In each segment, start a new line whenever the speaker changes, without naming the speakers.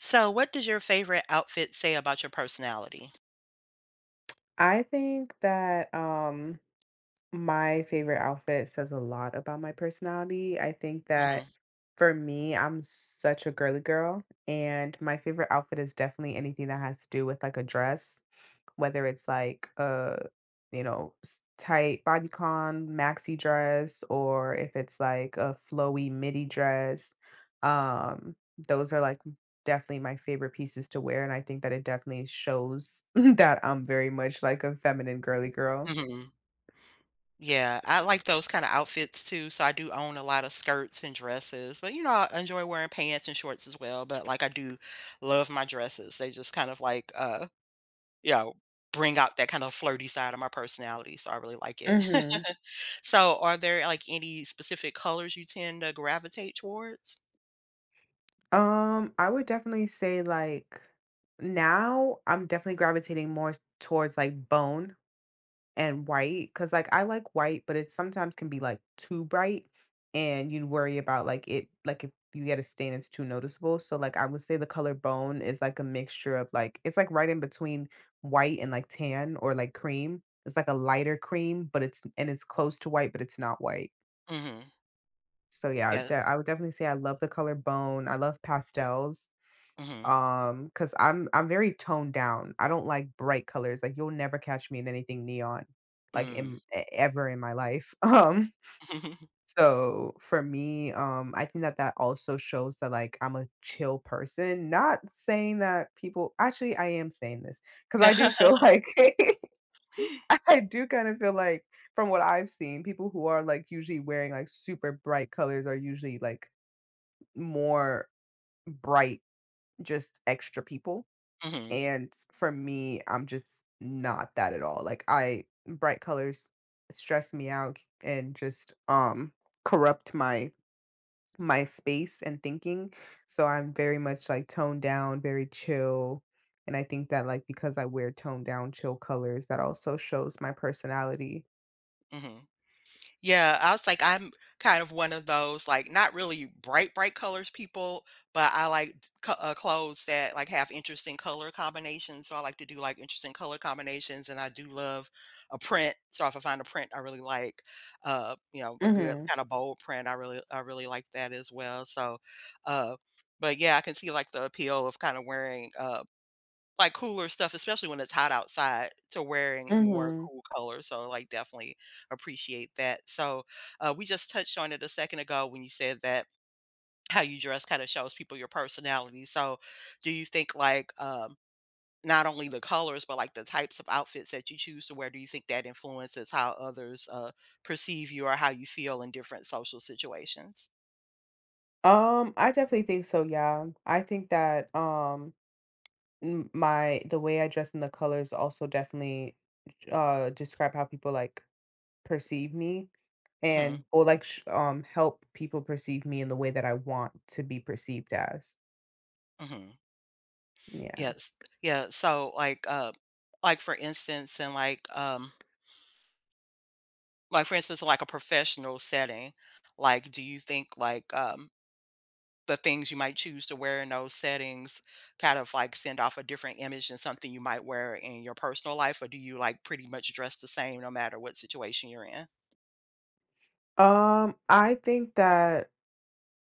So, what does your favorite outfit say about your personality?
I think that my favorite outfit says a lot about my personality. I think
Mhm.
that for me, I'm such a girly girl, and my favorite outfit is definitely anything that has to do with like a dress whether it's like a, tight bodycon maxi dress or if it's like a flowy midi dress. Um, those are like definitely my favorite pieces to wear. And I think that it definitely shows that I'm very much like a feminine girly girl.
Mhm. Yeah, I like those kinda outfits too, so I do own a lot of skirts and dresses, but, you know, I enjoy wearing pants and shorts as well, but, like, I do love my dresses. They just kind of like, you know, bring out that kind of flirty side of my personality, so I really like it.
Hmm.
So, are there, like, any specific colors you tend to gravitate towards?
I would definitely say like now I'm definitely gravitating more towards like bone and white, cause like, I like white, but it sometimes can be, like, too bright, and you worry about, like, if you get a stain, it's too noticeable, so, like, I would say the color bone is, like, a mixture of, like, right in between white and, like, tan or, like, cream. It's, like, a lighter cream, but it's close to white, but it's not white.
Mhm.
So, yeah,
Yeah.
I would definitely say I love the color bone, I love pastels.
Mhm.
Because I'm very toned down. I don't like bright colors, like, you'll never catch me in anything neon, like,
Mm.
in e ever in my life. Um, so for me, I think that that also shows that, like, I'm a chill person, not saying that people actually, I am saying this because I do feel like I do kinda feel like from what I've seen, people who are, like, usually wearing, like, super bright colors are usually, like, more bright, just extra people.
Mhm,
And for me, I'm just not that at all. Like I bright colors stress me out and just corrupt my space and thinking. So I'm very much like toned down, very chill. And I think that like because I wear toned down chill colors, that also shows my personality.
mhm. Yeah, I was like, I'm kind of one of those, like, not really bright, bright colors people, but I like t co clothes that, like, have interesting color combinations, so I like to do, like, interesting color combinations, and I do love a print, so if I find a print I really like, you know, a good
Mm-hmm.
kinda bold print, I really like that as well, so, uh, but yeah, I can see, like, the appeal of kinda wearing, like, cooler stuff, especially when it's hot outside, to wearing more
Mm-hmm.
cool colors, so, like, definitely appreciate that. So, we just touched on it a second ago when you said that how you dress kinda shows people your personality, so do you think, like, not only the colors, but like the types of outfits that you choose to wear. Do you think that influences how others perceive you or how you feel in different social situations?
I definitely think so, yeah. I think that M my the way I dress and the colors also definitely, describe how people, like, perceive me
Hmm.
and or, like, sh help people perceive me in the way that I want to be perceived as.
Hmm.
Yeah.
Yes. Yeah. So like for instance, and like, like, for instance, like a professional setting, like, do you think, like, the things you might choose to wear in those settings kind of, like, send off a different image than something you might wear in your personal life, or do you, like, pretty much dress the same no matter what situation you're in?
I think that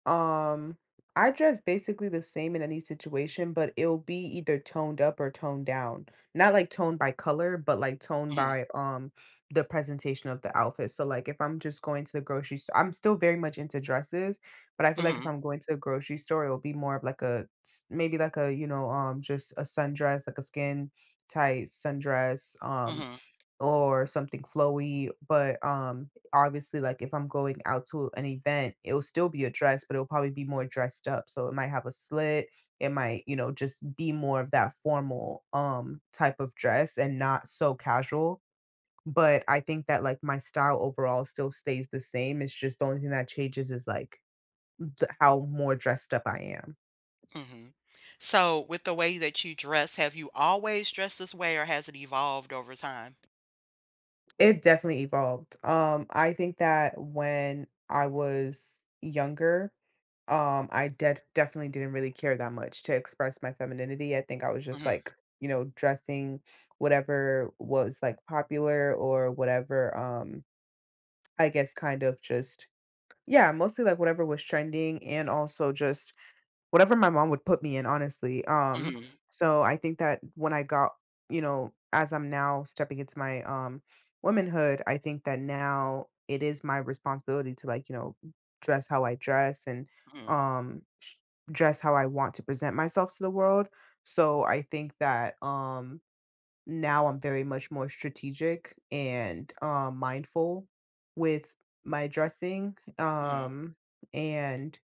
Um, I dress basically the same in any situation, but it'll be either toned up or toned down. Not like toned by color, but like toned
Mhm.
by the presentation of the outfit. So like if I'm just going to the grocery store, I'm still very much into dresses, but I feel like if
Mhm.
I'm going to the grocery store, it'll be more of like maybe like a, you know, just a sundress, like a skin tight sundress.
Mhm.
Or something flowy, but, obviously, like, if I'm going out to an event, it'll still be a dress, but it'll probably be more dressed up, so it might have a slit, it might, you know, just be more of that formal, type of dress and not so casual, but I think that, like, my style overall still stays the same, it's just the only thing that changes is, like, the how more dressed up I am.
Hmm. So, with the way that you dress, have you always dressed this way, or has it evolved over time?
It definitely evolved, I think that when I was younger. I def definitely didn't really care that much to express my femininity. I think I was just
Hmm.
like, you know, dressing whatever was like popular or whatever, I guess kind of just yeah, mostly like whatever was trending and also just whatever my mom would put me in, honestly.
Hmm.
So I think that when I got, you know, as I'm now stepping into my womanhood, I think that now it is my responsibility to like, you know, dress how I dress and
Hmm.
um dress how I want to present myself to the world. So I think that now I'm very much more strategic and mindful with my dressing
Hmm.
and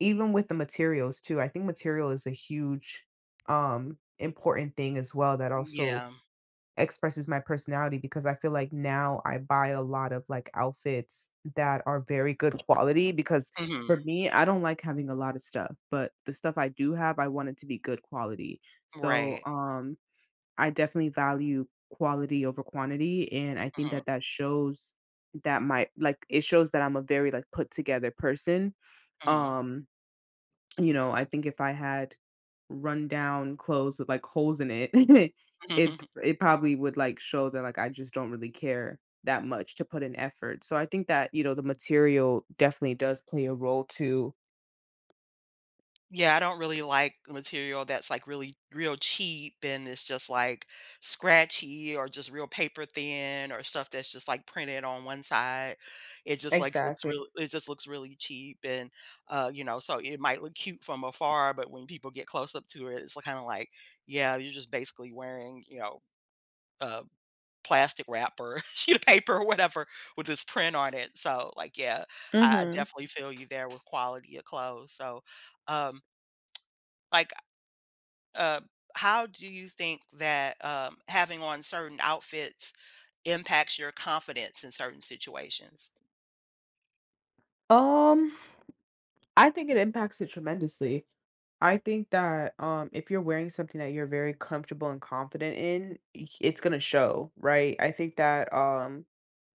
even with the materials too. I think material is a huge important thing as well that also
Yeah.
expresses my personality because I feel like now I buy a lot of, like, outfits that are very good quality because
Hmm.
for me, I don't like having a lot of stuff, but the stuff I do have, I want it to be good quality. So,
Right.
I definitely value quality over quantity, and I think
Hmm.
that that shows that it shows that I'm a very, like, put together person, um you know, I think if I had run-down clothes with, like, holes in it,
Hmm.
it it probably would, like, show that, like, I just don't really care that much to put in effort. So I think that, you know, the material definitely does play a role too.
Yeah, I don't really like the material that's like really real cheap and it's just like scratchy or just real paper thin or stuff that's just like printed on one side.
Exactly.
It just looks really cheap and you know, so it might look cute from afar, but when people get close up to it, it's kind of like, yeah, you're just basically wearing, you know, a plastic wrap or sheet of paper or whatever with this print on it. So like yeah, I
Mhm.
definitely feel you there with quality of clothes. So um like uh, how do you think that having on certain outfits impacts your confidence in certain situations?
Um, I think it impacts it tremendously. I think that, if you're wearing something that you're very comfortable and confident in, y it's gonna show, right? I think that,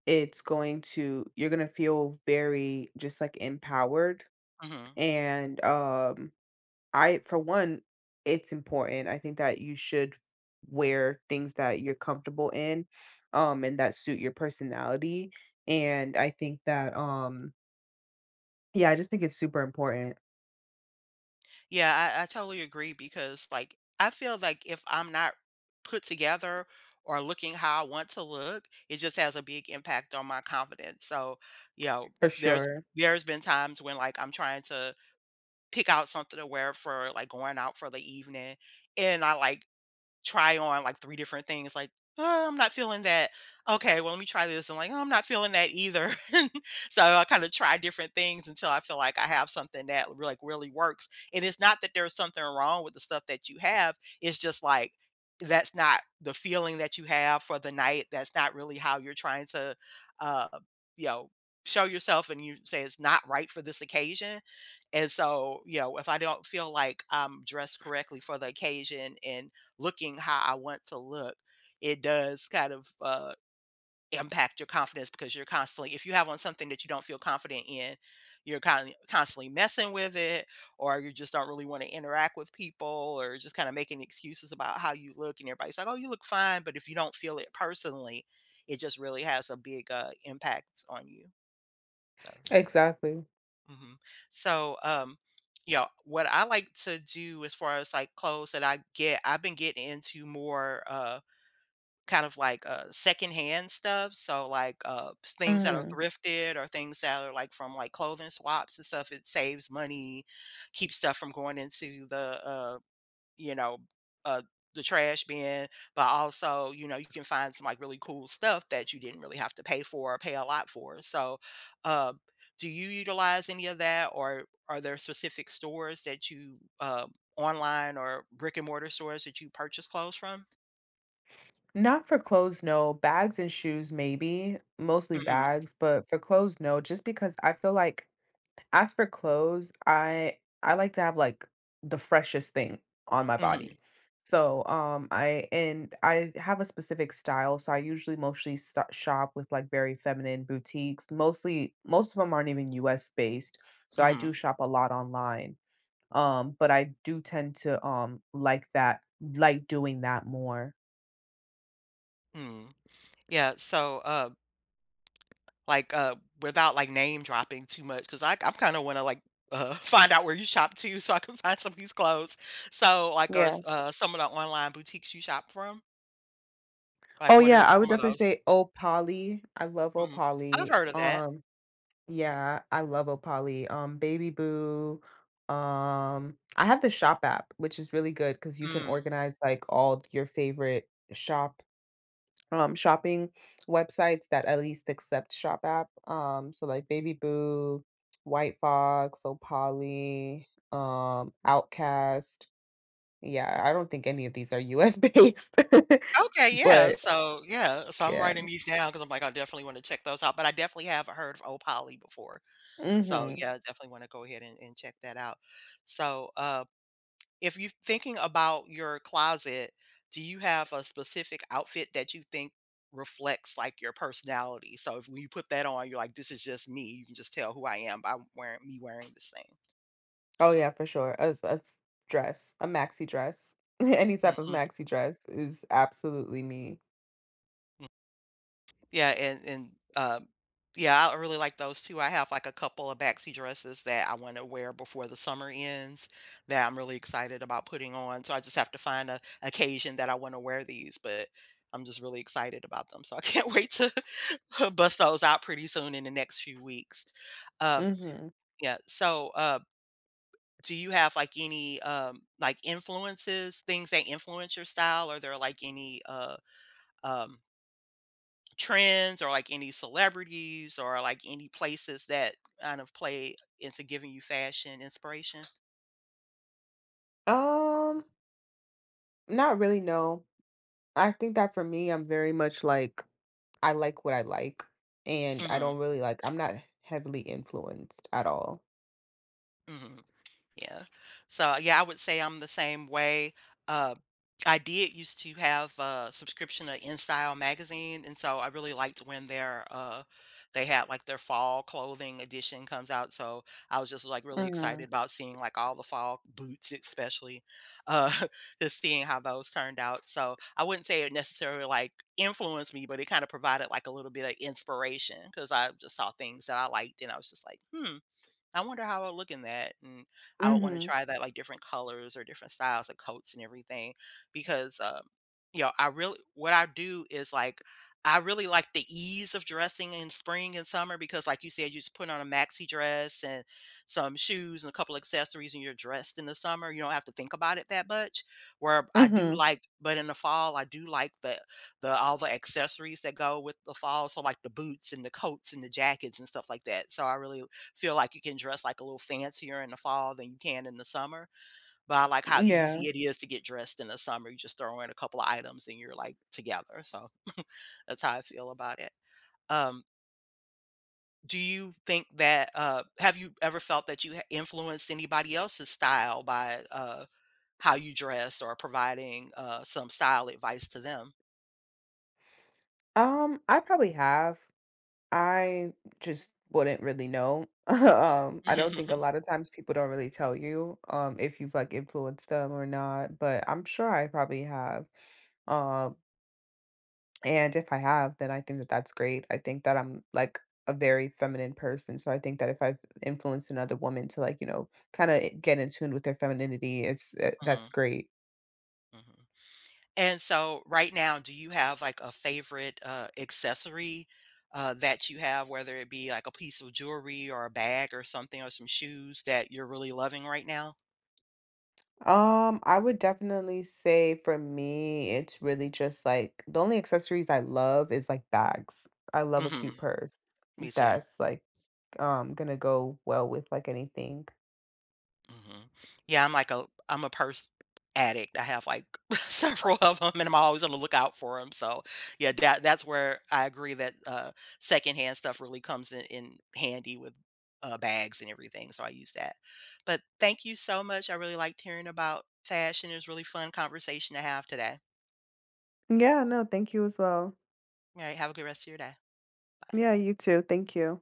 It's going to you're gonna feel very just, like, empowered,
Mhm.
and, I for one, it's important. I think that you should wear things that you're comfortable in, and that suit your personality, and I think that, yeah, I just think it's super important.
Yeah, I totally agree because, like, I feel like if I'm not put together or looking how I want to look, it just has a big impact on my confidence. So, you know,
For
there's
sure.
there's been times when like I'm trying to pick out something to wear for like going out for the evening, and I like try on like 3 different things like, "Oh, I'm not feeling that." "Okay, well, let me try this." And like, "Oh, I'm not feeling that either." So I kinda try different things until I feel like I have something that r like really works, and it's not that there's something wrong with the stuff that you have, it's just like that's not the feeling that you have for the night, that's not really how you're trying to, uh, you know, show yourself and you say it's not right for this occasion, and so, you know, if I don't feel like I'm dressed correctly for the occasion and looking how I want to look, it does kind of, impact your confidence because you're constantly if you have on something that you don't feel confident in, you're kind constantly messing with it, or you just don't really wanna interact with people or just kinda making excuses about how you look, and everybody's like, "Oh, you look fine," but if you don't feel it personally, it just really has a big, impact on you, so
Exactly.
mhm. So, yeah, what I like to do as far as, like, clothes that I've been getting into more, kind of like, secondhand stuff, so, like, things that are
Mm.
thrifted or things that are, like, from, like, clothing swaps and stuff, it saves money, keeps stuff from going into the, you know, uh, the trash bin, but also, you know, you can find some, like, really cool stuff that you didn't really have to pay for or pay a lot for, so, uh, do you utilize any of that, or are there specific stores that you, online or brick and mortar stores that you purchase clothes from?
Not for clothes, no. Bags and shoes, maybe. Mostly
Mhm.
bags, but for clothes, no, just because I feel like as for clothes, I like to have, like, the freshest thing on my
Mhm.
body. So, I have a specific style, so I usually mostly sto shop with, like, very feminine boutiques. Most of them aren't even US based, so I do
Mhm.
shop a lot online. But I do tend to, like that like doing that more.
Mm. Yeah, so, like, uh, without, like, name dropping too much, because I'm kinda wanna, like, find out where you shop too so I can find somebody's clothes. So, like, are
Yeah.
s some of the online boutiques you shop from? Like,
Oh,
what
yeah,
are
I would
some of
definitely
those?
say Opali. I love
Mhm. I've
Opali.
heard of that.
Yeah, I love Opali. Baby Boo. I have the Shop app, which is really good because you can
Mm.
organize like all your favorite shopping websites that at least accept Shop app. So like Baby Boo, White Fox, Opali, Outcast. Yeah, I don't think any of these are US based,
Okay, yeah,
but
so yeah, so I'm
yeah.
writing these down because 'cause I'm like, I definitely wanna check those out, but I definitely have heard of Opoly before. So,
Hmm.
yeah, I definitely wanna go ahead and check that out. So, if you're thinking about your closet, do you have a specific outfit that you think reflects like your personality? So if when you put that on, you're like, this is just me. You can just tell who I am by wearing me wearing this thing.
Oh, yeah, for sure. A s dress, a maxi dress, any type of
Mhm,
maxi dress is absolutely me.
mm. Yeah, and yeah, I really like those too. I have like a couple of backseat dresses that I want to wear before the summer ends that I'm really excited about putting on. So I just have to find a occasion that I want to wear these, but I'm just really excited about them. So I can't wait to bust those out pretty soon in the next few weeks. Um,
Mhm.
yeah. So, do you have like any like influences, things that influence your style? Are there like any um, trends or like any celebrities or like any places that kind of play into giving you fashion inspiration?
Um, not really, no. I think that for me, I'm very much like, I like what I like, and I don't
Hmm.
really like I'm not heavily influenced at all.
Hmm. Yeah. So, yeah, I would say I'm the same way. Uh, I did used to have a subscription to InStyle magazine, and so I really liked when their they had like their fall clothing edition comes out. So I was just like really
Mhm.
excited about seeing like all the fall boots, especially uh, just seeing how those turned out. So I wouldn't say it necessarily like influenced me, but it kind of provided like a little bit of inspiration because I just saw things that I liked, and I was just like, hmm, I wonder how I'll look in that, and I would wanna
Mhm.
try that, like, different colors or different styles of coats and everything because, you know, I really what I do is, like, I really like the ease of dressing in spring and summer because, like you said, you just put on a maxi dress and some shoes and a couple accessories, and you're dressed in the summer, you don't have to think about it that much, where I do
Mhm.
like but in the fall, I do like the all the accessories that go with the fall, so, like, the boots and the coats and the jackets and stuff like that, so I really feel like you can dress like a little fancier in the fall than you can in the summer. But I like how
Yeah.
easy it is to get dressed in the summer. You just throw in a couple of items and you're like together. So that's how I feel about it. Um, do you think that have you ever felt that you influenced anybody else's style by how you dress or providing some style advice to them?
I probably have. I just wouldn't really know. I don't think a lot of times people don't really tell you, if you've, like, influenced them or not, but I'm sure I probably have. Um, and if I have, then I think that that's great. I think that I'm, like, a very feminine person, so I think that if I've influenced another woman to, like, you know, kinda get in tune with their femininity, it's, eh that's
Mhm,
great.
mhm. And so right now, do you have like a favorite accessory that you have, whether it be like a piece of jewelry or a bag or something or some shoes that you're really loving right now?
I would definitely say for me, it's really just like the only accessories I love is like bags. I love a
Hmm.
cute purse.
Me too.
That's like gonna go well with like anything.
Mhm. Yeah, I'm like a I'm a purse addict. I have like several of them, and I'm always on the lookout for them. So, yeah, that's where I agree that secondhand stuff really comes in handy with bags and everything. So I use that. But thank you so much. I really liked hearing about fashion. It was really fun conversation to have today.
Yeah, no, thank you as well.
All right, have a good rest of your day. Bye.
Yeah, you too. Thank you.